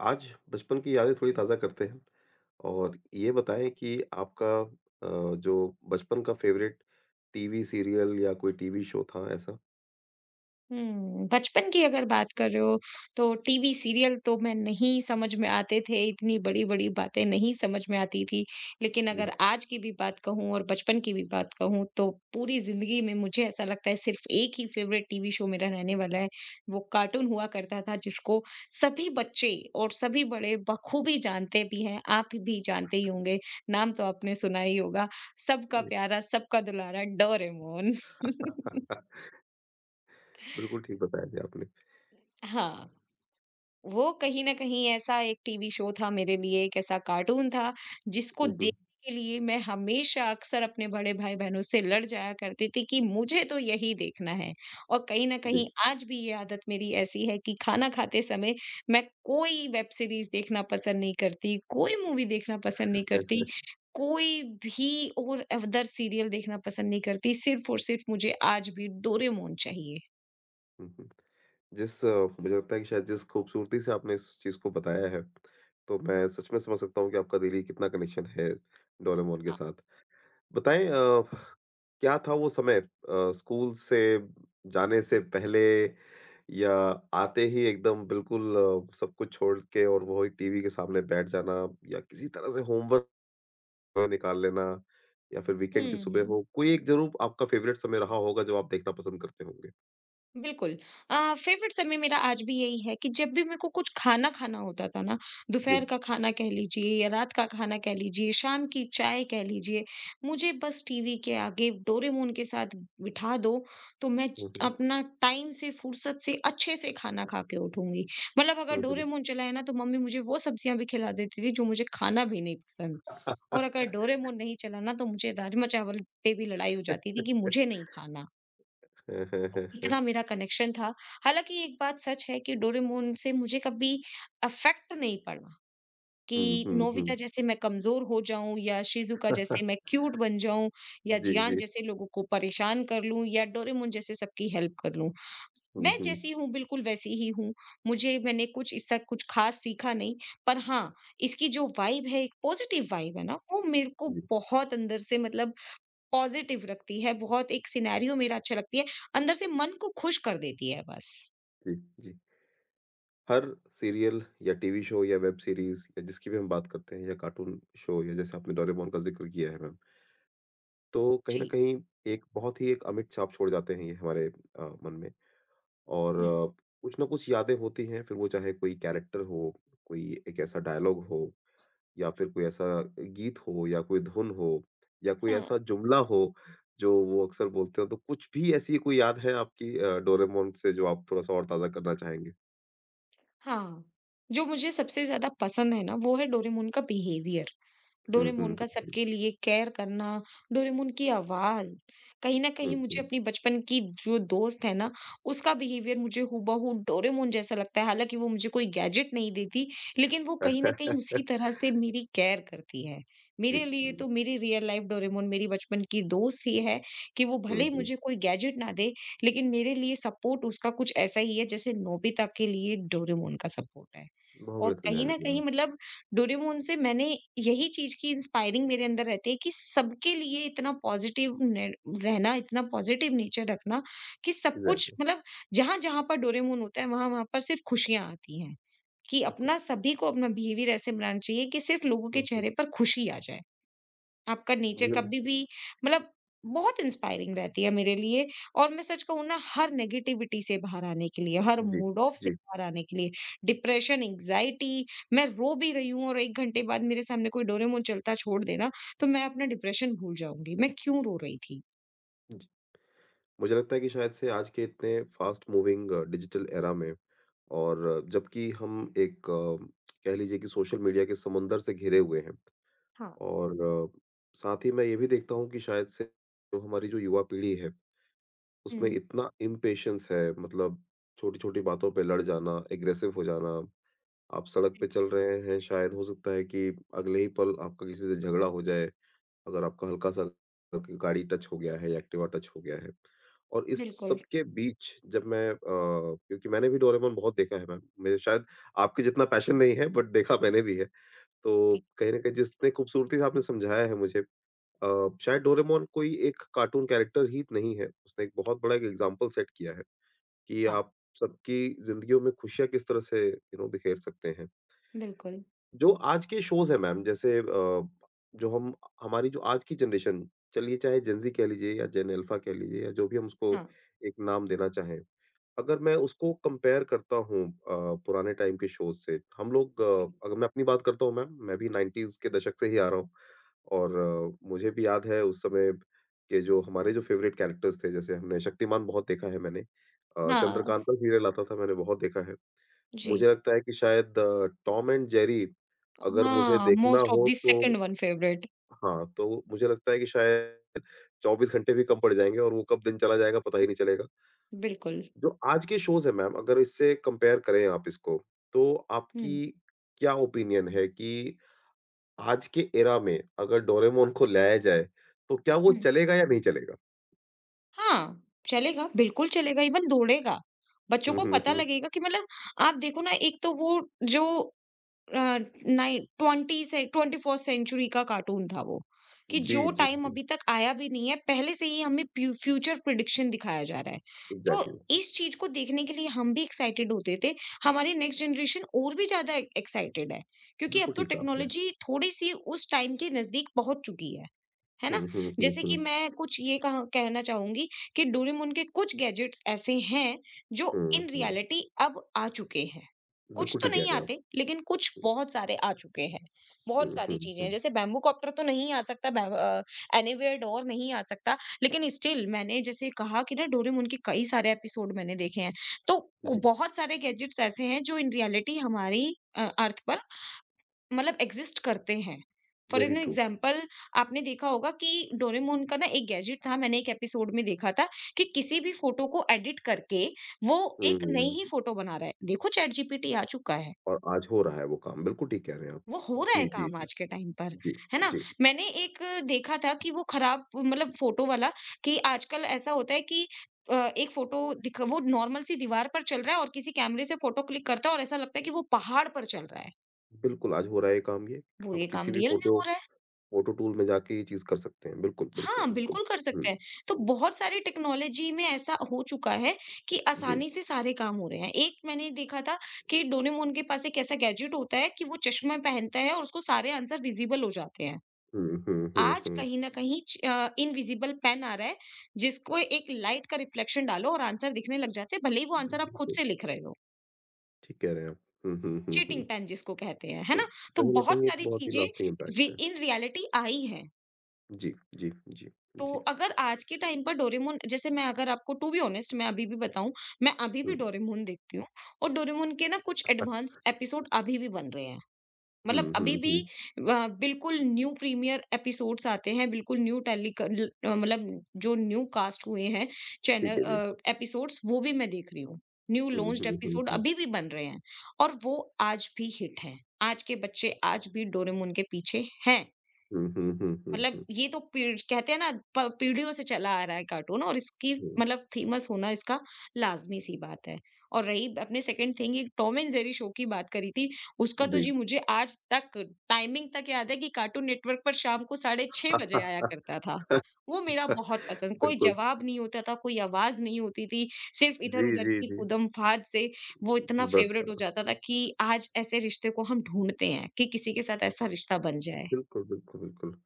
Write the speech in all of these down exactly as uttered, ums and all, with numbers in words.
आज बचपन की यादें थोड़ी ताज़ा करते हैं और ये बताएं कि आपका अ, जो बचपन का फेवरेट टीवी सीरियल या कोई टीवी शो था ऐसा? हुँ, बचपन की अगर बात कर रहे हो, तो टीवी सीरियल तो मैं नहीं समझ में आते थे, इतनी बड़ी-बड़ी बातें नहीं समझ में आती थी। लेकिन जी, अगर आज की भी बात कहूँ और बचपन की भी बात कहूँ, तो पूरी ज़िंदगी में मुझे ऐसा लगता है सिर्फ़ एक ही फ़ेवरेट टीवी शो मेरा रहने वाला है, वो कार्टून हुआ करता था जिसको सभी बच्चे और सभी बड़े बखूबी जानते भी हैं, आप भी जानते ही होंगे, नाम तो आपने सुना ही होगा, सबका जी। प्यारा, सबका दुलारा डोरेमोन। हाँ, बिल्कुल ठीक बताया जी आपने। हाँ। वो कहीं न कहीं ऐसा एक टीवी शो था मेरे लिए, एक ऐसा कार्टून था, जिसको हुँ, देखने हुँ, के लिए मैं हमेशा अक्सर अपने बड़े भाई-बहनों से लड़ जाया करती थी कि मुझे तो यही देखना है। और कहीं न जी। कहीं आज भी ये आदत मेरी ऐसी है कि खाना खाते समय मैं कोई वेब सीरीज़ देखना पसंद नहीं करती, कोई मूवी देखना पसंद नहीं करती, कोई भी और अदर सीरियल देखना पसंद नहीं करती, सिर्फ़ और सिर्फ़ मुझे आज भी डोरेमोन चाहिए। हुँ, हुँ। जिस अ, मुझे लगता है कि शायद जिस खूबसूरती से आपने इस चीज़ को बताया है, तो मैं सच में समझ सकता हूँ कि आपका दिली कितना कनेक्शन है डोरेमोन के हाँ। साथ। बताएँ अ, क्या था वो समय अ, स्कूल से जाने से पहले या आते ही एकदम बिल्कुल अ, सब कुछ छोड़ के और वही टीवी के सामने बैठ जाना या किसी तरह से होमवर्क निकाल लेना या फिर वीकेंड हुँ, की सुबह हुँ। हो, कोई एक जरूर आपका फेवरेट समय रहा होगा जो आप देखना पसंद करते होंगे। बिल्कुल। अ, फेवरेट समय मेरा आज भी यही है कि जब भी मेरे को कुछ खाना खाना होता था ना, जी। दोपहर का खाना कह लीजिए या रात का खाना कह लीजिए, शाम की चाय कह लीजिए, मुझे बस टीवी के आगे डोरेमोन के साथ बिठा दो, तो मैं च हम्म अपना टाइम से, फुर्सत से, अच्छे से खाना खा के उठूँगी। मतलब अगर हम्म हम्म। डोरेमोन चला है ना, तो मम्मी मुझे वो सब्जियाँ भी खिला देती थी जो मुझे खाना भी नहीं पसंद और अगर डोरेमोन नहीं चला ना, तो मुझे राजमा-चावल पे भी लड़ाई हो जाती थी कि मुझे नहीं खाना। तो इतना मेरा कनेक्शन था। हालाँकि एक बात सच है कि डोरेमोन से मुझे कभी अफ़ेक्ट नहीं पड़ा हम्म कि हम्म हम्म, नोबिता जैसे मैं कमज़ोर हो जाऊँ या शिज़ुका हम्म। जैसे मैं क्यूट बन जाऊँ या जी जियान जी। जैसे लोगों को परेशान कर लूँ या डोरेमोन जैसे सबकी हेल्प कर लूँ। हम्म मैं हम्म। जैसी हूँ बिल्कुल वैसी ही हूँ। मुझे मैंने कुछ इससे कुछ ख़ास सीखा नहीं। पर हाँ, इसकी जो वाइब है एक पॉज़िटिव वाइब है ना, वो मेरे को जी बहुत अंदर से मतलब पॉज़िटिव रखती है, बहुत एक सिनेरियो मेरा अच्छा लगती है, अंदर से मन को खुश कर देती है बस। जी जी। हर सीरियल या टीवी शो या वेब सीरीज या जिसकी भी हम बात करते हैं या कार्टून शो या जैसे आपने डोरेमोन का जिक्र किया है मैम, तो कहीं न जी। कहीं एक बहुत ही एक अमिट छाप छोड़ जाते हैं ये हमारे अ, मन में और हुँ, अ, कुछ ना कुछ यादें होती हैं, फिर वो चाहे कोई कैरेक्टर हो, कोई एक ऐसा डायलॉग हो या फिर कोई ऐसा गीत हो या कोई धुन हो या कोई हुँ। ऐसा जुमला हो, जो वो अक्सर बोलते हो। तो कुछ भी ऐसी कोई याद है आपकी अ, डोरेमोन से जो आप थोड़ा-सा और ताज़ा करना चाहेंगे? हाँ, जो मुझे सबसे ज़्यादा पसंद है ना, वो है डोरेमोन का बिहेवियर। हुँ, हुँ, डोरेमोन हुँ, का हुँ। सबके लिए केयर करना, डोरेमोन की आवाज़, कहीं न हुँ, कहीं हुँ। मुझे अपनी बचपन की जो दोस्त है ना, उसका बिहेवियर मुझे हूबहू डोरेमोन जैसा लगता है। हालाँकि वो मुझे कोई गैजेट नहीं देती, लेकिन वो कहीं न कहीं उसी तरह से मेरी केयर करती है। जी, मेरे लिए जी। तो मेरी रियल लाइफ़ डोरेमोन मेरी बचपन की दोस्त ही है कि वो हुँ, भले ही हुँ। मुझे कोई गैजेट ना दे, लेकिन मेरे लिए सपोर्ट उसका कुछ ऐसा ही है जैसे नोबिता के लिए डोरेमोन का सपोर्ट है। बहुत और बढ़िया कहीं समझाया न आपने कहीं हाँ। मतलब डोरेमोन से मैंने यही चीज की इंस्पायरिंग मेरे अंदर रहती है कि सबके लिए इतना पॉजिटिव रहना इतना पॉजिटिव नेचर रखना कि सब कुछ एग्ज़ैक्टली, मतलब जहां जहां पर डोरेमोन होता है वहां वहां पर सिर्फ खुशियां आती हैं कि बिल्कुल। अपना सभी को अपना बिहेवियर ऐसे बनाना चाहिए कि सिर्फ लोगों के हुँ, हुँ। चेहरे पर खुशी आ जाए आपका नेचर मतलब। कभी भी मतलब बहुत इंस्पायरिंग रहती है मेरे लिए और मैं सच कहूँ ना हर नेगेटिविटी से बाहर आने के लिए, हर जी, मूड ऑफ से जी, बाहर आने के लिए, डिप्रेशन, एंग्जायटी मैं रो भी रही हूँ और एक घंटे बाद मेरे सामने कोई डोरेमोन चलता छोड़ देना, तो मैं अपना डिप्रेशन भूल जाऊँगी, मैं क्यों रो रही थी? जी। मुझे लगता है कि शायद से आज के इतने फास्ट मूविंग डिजिटल एरा में और अ, जबकि हम एक अ, कह लीजिए कि सोशल मीडिया के समुंदर से घिरे हुए हैं हाँ। और अ, साथ ही मैं ये भी देखता हूँ कि शायद से जो हमारी जो युवा पीढ़ी है, उसमें हुँ, इतना इम्पेशंस है मतलब छोटी छोटी बातों पे लड़ जाना, एग्रेसिव हो जाना। आप सड़क जी। पे चल रहे हैं, शायद हो सकता है कि अगले ही पल आपका किसी से झगड़ा हो जाए अगर आपका हल्का-सा आपकी गाड़ी टच हो गया है या एक्टिवा टच हो गया है। और इस बिल्कुल, सब के बीच जब मैं अ, क्योंकि मैंने भी डोरेमोन बहुत देखा है मैम, मेरे शायद आपके जितना पैशन नहीं है बट देखा मैंने भी है। तो जी। कहीं न कहीं जितने खूबसूरती से आपने समझाया है मुझे अ, शायद डोरेमोन कोई एक कार्टून कैरेक्टर ही नहीं है। उसने एक बहुत बड़ा एक एग्ज़ाम्पल सेट किया है कि हाँ। आप सबकी ज़िंदगियों में खुशियाँ किस तरह से यू नो बिखेर सकते हैं। बिल्कुल। जो आज के शोज़ हैं मैम, जैसे अ, जो हम हमारी जो आज की जनरेशन, चलिए चाहे जेन ज़ी कह लीजिए या जेन अल्फ़ा कह लीजिए या जो भी हम उसको हाँ, एक नाम देना चाहें। अगर मैं उसको कंपेयर करता हूँ अ, पुराने टाइम के शोज़ से, हम लोग अ, जी। अगर मैं अपनी बात करता हूँ मैम, मैं भी नाइन्टीज़ के दशक से ही आ रहा हूँ और अ, मुझे भी याद है उस समय के जो हमारे जो फ़ेवरेट कैरेक्टर्स थे जैसे हमने शक्तिमान बहुत देखा है मैंने। अ, हाँ, चंद्रकांता सीरियल आता था मैंने बहुत देखा है। जी। मुझे लगता है कि शायद अ, टॉम एंड जेरी अगर मुझे हाँ, देखना मोस्ट ऑफ हो द तो सेकंड वन फेवरेट, हाँ, तो मुझे लगता है कि शायद चौबीस घंटे भी कम पड़ जाएँगे और वो कब दिन चला जाएगा पता ही नहीं चलेगा। बिल्कुल। जो आज के शोज़ हैं मैम, अगर इससे कंपेयर करें आप इसको, तो हुँ, आपकी क्या ओपिनियन है कि आज के एरा में अगर डोरेमोन को लाया जाए, तो क्या वो हुँ। चलेगा या नहीं चलेगा? हाँ, चलेगा, बिल्कुल चलेगा, इवन दौड़ेगा। बच्चों हुँ, को हुँ, पता हुँ। लगेगा कि मतलब आप देखो ना एक तो वो जो अ, नाइन ट्वेंटी से ट्वेंटी फर्स्ट सेंचुरी का कार्टून था वो, कि जी, जो जी, टाइम जी। अभी तक आया भी नहीं है, पहले से ही हमें प्यू फ्यूचर प्रेडिक्शन दिखाया जा रहा है। तो एग्ज़ैक्टली। इस चीज़ को देखने के लिए हम भी एक्साइटेड होते थे, हमारी नेक्स्ट जनरेशन और भी ज़्यादा एक्साइटेड है, क्योंकि अब बिल्कुल तो ठीक कहा आपने। टेक्नोलॉजी थोड़ी-सी उस टाइम के नज़दीक पहुँच चुकी है। है हुँ, ना? हुँ, हुँ, जैसे कि हुँ। मैं कुछ ये कहा कहना चाहूँगी कि डोरेमोन के कुछ गैजेट्स ऐसे हैं, जो हुँ, इन हुँ। रियलिटी अब आ चुके हैं। कुछ बिल्कुल तो ठीक कह नहीं रहे हैं आप। आते, लेकिन कुछ बहुत सारे आ चुके हैं। बहुत हुँ, सारी हुँ, चीज़ें हैं, हुँ। जैसे बैम्बू कॉप्टर तो नहीं आ सकता, बै अ, एनीवेयर डोर नहीं आ सकता, लेकिन स्टिल मैंने जैसे कहा कि ना डोरेमोन के कई सारे एपिसोड मैंने देखे हैं। तो कु- जी, बहुत सारे गैजेट्स ऐसे हैं, जो इन रियलिटी हमारी अ, अर्थ पर मतलब एग्जिस्ट करते हैं। For very an true. Example आपने देखा होगा कि डोरेमोन का ना एक गैजेट था, मैंने एक एपिसोड में देखा था कि किसी भी फ़ोटो को एडिट करके वो एक नई हुँ, ही फ़ोटो बना रहा है। देखो चैट जीपीटी आ चुका है, और आज हो रहा है वो काम, बिल्कुल ठीक कह रहे हैं आप। वो हो रहा है जी, जी, काम जी, आज के टाइम पर, जी, है ना? जी। मैंने एक देखा था कि वो खराब मतलब फ़ोटो वाला कि आजकल ऐसा होता है कि अ, एक फ़ोटो दिख वो नॉर्मल सी दीवार पर चल रहा है और किसी कैमरे से फ़ोटो क्लिक करता है और ऐसा लगता है कि वो पहाड़ पर चल रहा है। बिल्कुल, आज हो रहा है ये काम ये। वो आप ये किसी काम भी रियल में फ़ोटो हो रहा है। फ़ोटो टूल में जाके ये चीज़ कर सकते हैं। बिल्कुल, बिल्कुल, हाँ, बिल्कुल। बिल्कुल कर हुँ, सकते हैं। तो बहुत सारी टेक्नोलॉजी में ऐसा हो चुका है कि जी। आसानी से सारे काम हो रहे हैं। एक मैंने देखा था कि डोरेमोन के पास एक ऐसा गैजेट होता है कि वो चश्मा पहनता है और उसको सारे आंसर विज़िबल हो जाते हैं। हुँ, हुँ, हुँ, आज हुँ। कहीं न कहीं च अ, इनविज़िबल पेन आ रहा है, जिसको एक लाइट का रिफ्लेक्शन डालो और आंसर दिखने लग जाते हैं, भले ही वो आंसर आप खुद बिल्कुल, से लिख रहे हो। ठीक कह रहे हैं आप। हुँ, हुँ, हुँ, चीटिंग हुँ। पेन जिसको कहते हैं, है तो ना? तो कहीं न बहुत कहीं एक सारी बहुत ही लास्टिंग चीज़ें वि इम्पैक्ट है। इन रियलिटी आई हैं। जी, जी, जी, तो जी। अगर आज के टाइम पर डोरेमोन जैसे मैं अगर आपको टू बी ऑनेस्ट मैं अभी भी बताऊँ, मैं अभी भी हुँ। डोरेमोन देखती हूँ और डोरेमोन के ना कुछ एडवांस एपिसोड अभी भी बन रहे हैं। मतलब हुँ, अभी हुँ, भी हुँ। अ, बिल्कुल न्यू प्रीमियर एपिसोड्स आते हैं, बिल्कुल न्यू टेली क ल मतलब जो न्यू कास्ट हुए हैं चैनल ठीक है अ, जी। एपिसोड्स वो भी मैं देख रही हूँ। New hmm, launched hmm, hmm, episode hmm. अभी भी बन रहे हैं और वो आज भी हिट हैं। आज के बच्चे आज भी डोरेमोन के पीछे हैं। हुँ, हुँ, हुँ, हुँ, मतलब हुँ, ये तो पीढ़ कहते हैं ना प पीढ़ियों से चला आ रहा है कार्टून और इसकी हुँ। मतलब फेमस होना इसका लाज़मी-सी बात है। और रही अपने सेकंड थिंग एक टॉम एंड जेरी शो की बात करी थी, उसका तो जी। जी मुझे आज तक टाइमिंग तक याद है कि कार्टून नेटवर्क पर शाम को साढ़े छह बजे आया करता था। वो मेरा बहुत पसंद कोई बिल्कुल। जवाब नहीं होता था, कोई आवाज़ नहीं होती थी, सिर्फ़ जी, इधर-उधर जी, की जी। कूदम-फांद से वो इतना बस फ़ेवरेट हो हाँ, जाता था कि आज ऐसे रिश्ते को हम ढूँढते हैं कि किसी के साथ ऐसा रिश्ता बन जाए। बिल्कुल, बिल्कुल, बिल्कुल।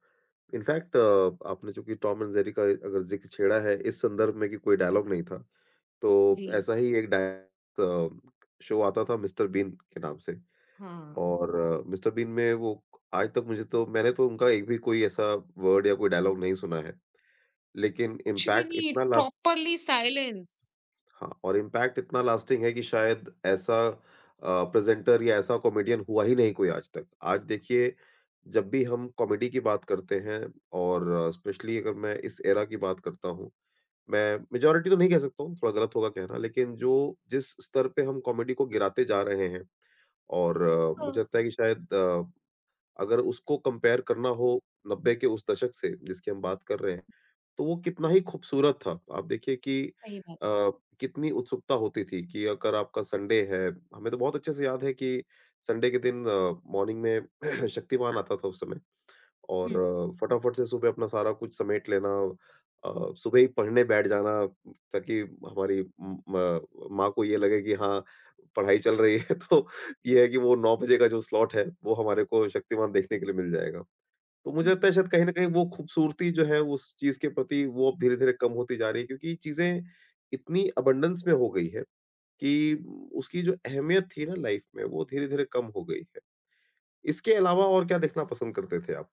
इनफैक्ट आपने चूँकि टॉम एंड जेरी का अगर ज़िक्र छेड़ा है इस संदर्भ में कि कोई डायलॉग नहीं था, तो जी, ऐसा ही एक डाय अ, शो आता था मिस्टर बीन के नाम से। हाँ। और मिस्टर बीन में वो आज तक मुझे, तो मैंने तो उनका एक भी कोई ऐसा वर्ड या कोई डायलॉग नहीं सुना है। लेकिन कुछ भी इम्पैक्ट नहीं, इतना ला प्रॉपरली साइलेंस। हाँ, और इम्पैक्ट इतना लास्टिंग है कि शायद ऐसा अ, प्रेज़ेंटर या ऐसा कॉमेडियन हुआ ही नहीं कोई आज तक। आज देखिए, जब भी हम कॉमेडी की बात करते हैं और स्पेशली अगर मैं इस एरा की बात करता हूँ, मैं मेजॉरिटी तो नहीं कह सकता हूँ, थोड़ा गलत होगा कहना, लेकिन जो जिस स्तर पे हम कॉमेडी को गिराते जा रहे हैं और अ, ओह! मुझे लगता है कि शायद अ, अगर उसको कंपेयर करना हो नब्बे के उस दशक से जिसकी हम बात कर रहे हैं, तो वो कितना ही खूबसूरत था। आप देखिए कि सही बात। अ, कितनी उत्सुकता होती थी कि अगर आपका संडे है, हमें तो बहुत अच्छे से याद है कि संडे के दिन अ, मॉर्निंग में शक्तिमान आता था उस समय। हुँ, और हुँ। अ, फटाफट से सुबह अपना सारा कुछ समेट लेना, अ, सुबह ही पढ़ने बैठ जाना ताकि हमारी म- म- माँ को ये लगे कि हाँ पढ़ाई चल रही है, तो ये है कि वो नौ बजे का जो स्लॉट है वो हमारे को शक्तिमान देखने के लिए मिल जाएगा। तो मुझे लगता हुँ। है शायद कहीं ना कहीं वो खूबसूरती जो है उस चीज के प्रति वो अब धीरे धीरे कम होती जा रही है, क्योंकि चीजें इतनी अबंडेंस में हो गई है कि उसकी जो अहमियत थी ना लाइफ में वो धीरे धीरे कम हो गई है। इसके अलावा और क्या देखना पसंद करते थे आप?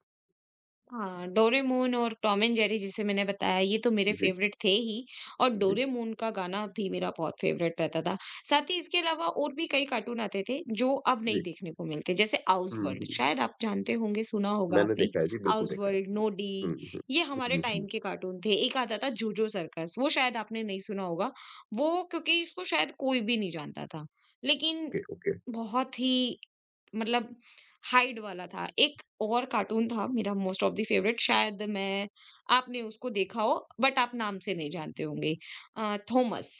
हाँ, डोरेमोन और टॉम एंड जेरी जिसे मैंने बताया ये तो मेरे जी फ़ेवरेट थे ही और जी डोरेमोन का गाना भी मेरा बहुत फ़ेवरेट रहता था। साथ ही इसके अलावा और भी कई कार्टून आते थे जो अब नहीं जी। देखने को मिलते जैसे हुँ, आउसवर्ल्ड हुँ। शायद आप जानते होंगे, सुना होगा मैंने आपने। देखा है जी, बिल्कुल देखा है। आउसवर्ल्ड, नोडी हुँ, हुँ, ये हमारे हुँ, टाइम हुँ। के कार्टून थे। एक आता था जोजो सर्कस वो शायद आपने नहीं सुना होगा। वो क्योंकि इसको शायद कोई भी नहीं जानता था। लेकिन ओके, ओके। बहुत ही मतलब हाइड वाला था। एक और कार्टून था मेरा मोस्ट ऑफ द फेवरेट शायद मैं आपने उसको देखा हो बट आप नाम से नहीं जानते होंगे। अ, थॉमस,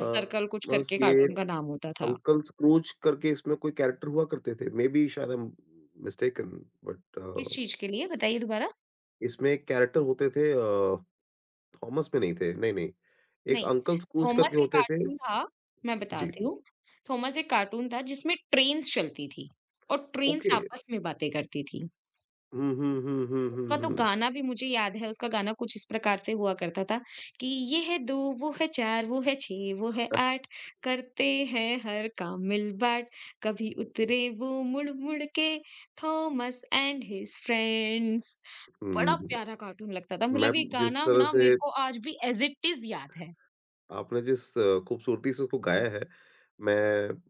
अ, सर्कल कुछ बस करके ये कार्टून का नाम होता था। अंकल स्क्रूज करके इसमें कोई कैरेक्टर हुआ करते थे। मे बी शायद आई एम मिस्टेकन बट किस अ, चीज़ के लिए बताइए दोबारा? इसमें एक कैरेक्टर होते थे अ, थॉमस में नहीं थे, नहीं, नहीं। एक नहीं, अंकल स्क्रूज थॉमस करके एक होते थे। कार्टून था मैं जी, बताती हूँ। थॉमस एक कार्टून था जिसमें ट्रेन्स चलती थी और ट्रेन्स ओके। आपस में बातें करती थी। हुँ, हुँ, हुँ, हुँ, हुँ, उसका तो हुँ। गाना भी मुझे याद है, उसका गाना कुछ इस प्रकार से हुआ करता था कि ये है दो वो है चार वो है छह वो है आठ करते हैं हर काम मिल-बाँट, कभी उतरे वो मुड़-मुड़ के थॉमस एंड हिज फ्रेंड्स। बड़ा हुँ, प्यारा कार्टून लगता था, मैं मतलब ये जिस गाना तरह ना से मेरे को आज भी एज़ इट इज़ याद है। आपने जिस अ, खूबसूरती से उसको गाया है, मैं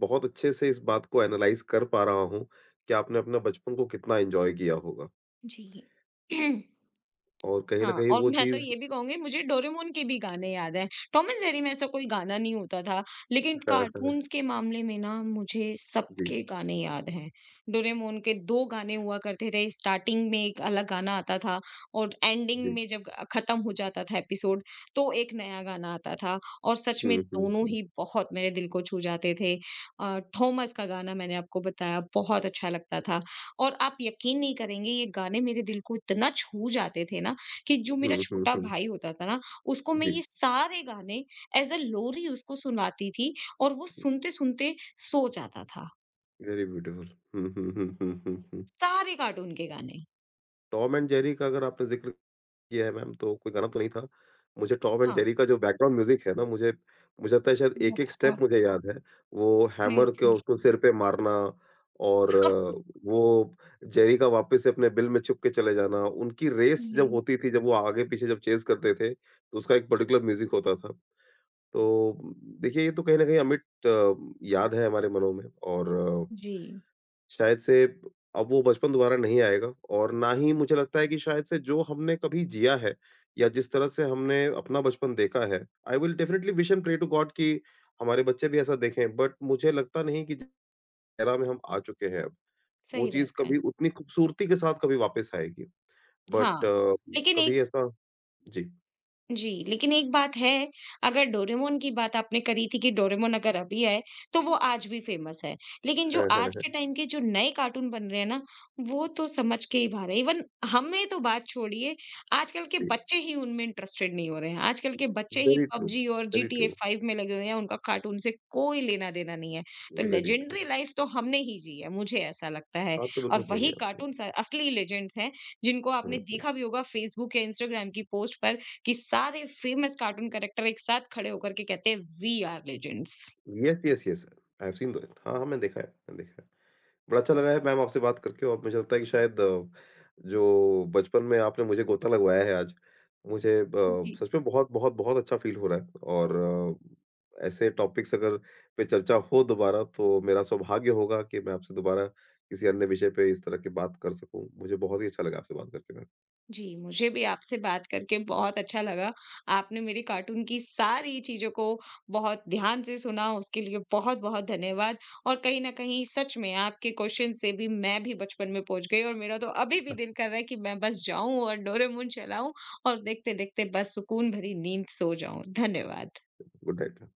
बहुत अच्छे से इस बात को एनालाइज़ कर पा रहा हूँ कि आपने अपना बचपन को कितना एन्जॉय किया होगा जी। और कहीं न हाँ, कहीं और वो मैं तो चीज़। ये भी कहूँगी मुझे डोरेमोन के भी गाने याद हैं। टॉम एंड जेरी में ऐसा कोई गाना नहीं होता था, लेकिन हाँ, कार्टून्स हाँ। के मामले में ना मुझे जी, सबके गाने याद हैं। डोरेमोन के दो गाने हुआ करते थे, स्टार्टिंग में एक अलग गाना आता था और एंडिंग जी। में जब खत्म हो जाता था एपिसोड, तो एक नया गाना आता था और सच में हुँ, हुँ, दोनों हुँ। ही बहुत मेरे दिल को छू जाते थे। अ, थॉमस का गाना मैंने आपको बताया बहुत अच्छा लगता था और आप यकीन नहीं करेंगे ये गाने मेरे दिल को इतना छू जाते थे ना कि जो मेरा हुँ, हुँ, छोटा हुँ। भाई होता था ना, उसको मैं जी, ये सारे गाने एज़ अ लोरी उसको सुनाती थी और वो सुनते-सुनते सो जाता था, वेरी ब्यूटीफुल। हुँ, हुँ, हुँ, हुँ, हुँ, हुँ। सारे कार्टून के गाने। टॉम एंड जेरी का अगर आपने ज़िक्र किया है मैम, तो कोई गाना तो नहीं था। मुझे टॉम एंड हाँ। जेरी का जो बैकग्राउंड म्यूज़िक है ना, मुझे मुझे लगता है शायद एक-एक स्टेप बहुत मुझे याद है। वो हैमर को क्रेज़ी। उसको सिर पे मारना और हुँ, अ, वो जेरी का वापस से अपने बिल में छुप के चले जाना, उनकी रेस जब होती थी, जब वो आगे-पीछे जब चेज़ करते थे, तो उसका एक पर्टिकुलर म्यूज़िक होता था। तो देखिए, ये तो कहीं न कहीं अमिट अ, याद है हमारे मनों में और अ, जी। शायद से अब वो बचपन दोबारा नहीं आएगा और ना ही मुझे लगता है कि शायद से जो हमने कभी जिया है या जिस तरह से हमने अपना बचपन देखा है, I will definitely wish and pray to God कि हमारे बच्चे भी ऐसा देखें, बट मुझे लगता नहीं कि जिस era में हम आ चुके हैं अब, वो सही बात चीज़ है। कभी उतनी खूबसूरती के साथ कभी वापस आएगी। बट हाँ, लेकिन कभी एक ऐसा जी। जी, लेकिन एक बात है, अगर डोरेमोन की बात आपने करी थी कि डोरेमोन अगर अभी आए, तो वो आज भी फ़ेमस है। लेकिन जो आज के टाइम के जो नए कार्टून बन रहे हैं ना, वो तो समझ के ही बाहर है। इवन हमें तो बात छोड़िए, आजकल के जी, बच्चे ही उनमें इंटरेस्टेड नहीं हो रहे हैं। आजकल के बच्चे ही वेरी ट्रू, पबजी और वेरी जीटीए ट्रू, फाइव में लगे हुए हैं, उनका कार्टून से कोई लेना-देना नहीं है। तो वेरी ट्रू। लेजेंडरी लाइफ़ तो हमने ही जी है, मुझे ऐसा लगता है। बात तो बिल्कुल और सही है वही आपकी। कार्टून्स असली लेजेंड्स हैं, जिनको हुँ, आपने हुँ। देखा भी होगा फेसबुक या इंस्टाग्राम की पोस्ट पर कि सारे फेमस कार्टून कैरेक्टर एक साथ खड़े होकर के कहते हैं we are legends. Yes, yes, yes. I have seen the हाँ, हाँ, मैंने देखा है, मैंने देखा है। बड़ा अच्छा लगा है मैम आपसे बात करके और मुझे लगता है कि शायद अ, जो बचपन में आपने मुझे गोता लगवाया है आज, मुझे ब जी। सच में बहुत-बहुत बहुत बहुत अच्छा फ़ील हो रहा है और अ, ऐसे टॉपिक्स अगर पे चर्चा हो दोबारा तो मेरा सौभाग्य होगा कि मैं आपसे दोबारा किसी अन्य विषय पे इस तरह की बात कर सकूँ। मुझे बहुत ही अच्छा लगा आपसे बात करके मैम। जी, मुझे भी आपसे बात करके बहुत अच्छा लगा। आपने मेरी कार्टून की सारी चीज़ों को बहुत ध्यान से सुना, उसके लिए बहुत-बहुत धन्यवाद और कहीं न कहीं सच में आपके क्वेश्चन से भी मैं भी बचपन में पहुँच गई और मेरा तो अभी भी दिल कर रहा है कि मैं बस जाऊँ और डोरेमोन चलाऊँ और देखते-देखते बस सुकून भरी नींद सो जाऊँ। धन्यवाद। Good night.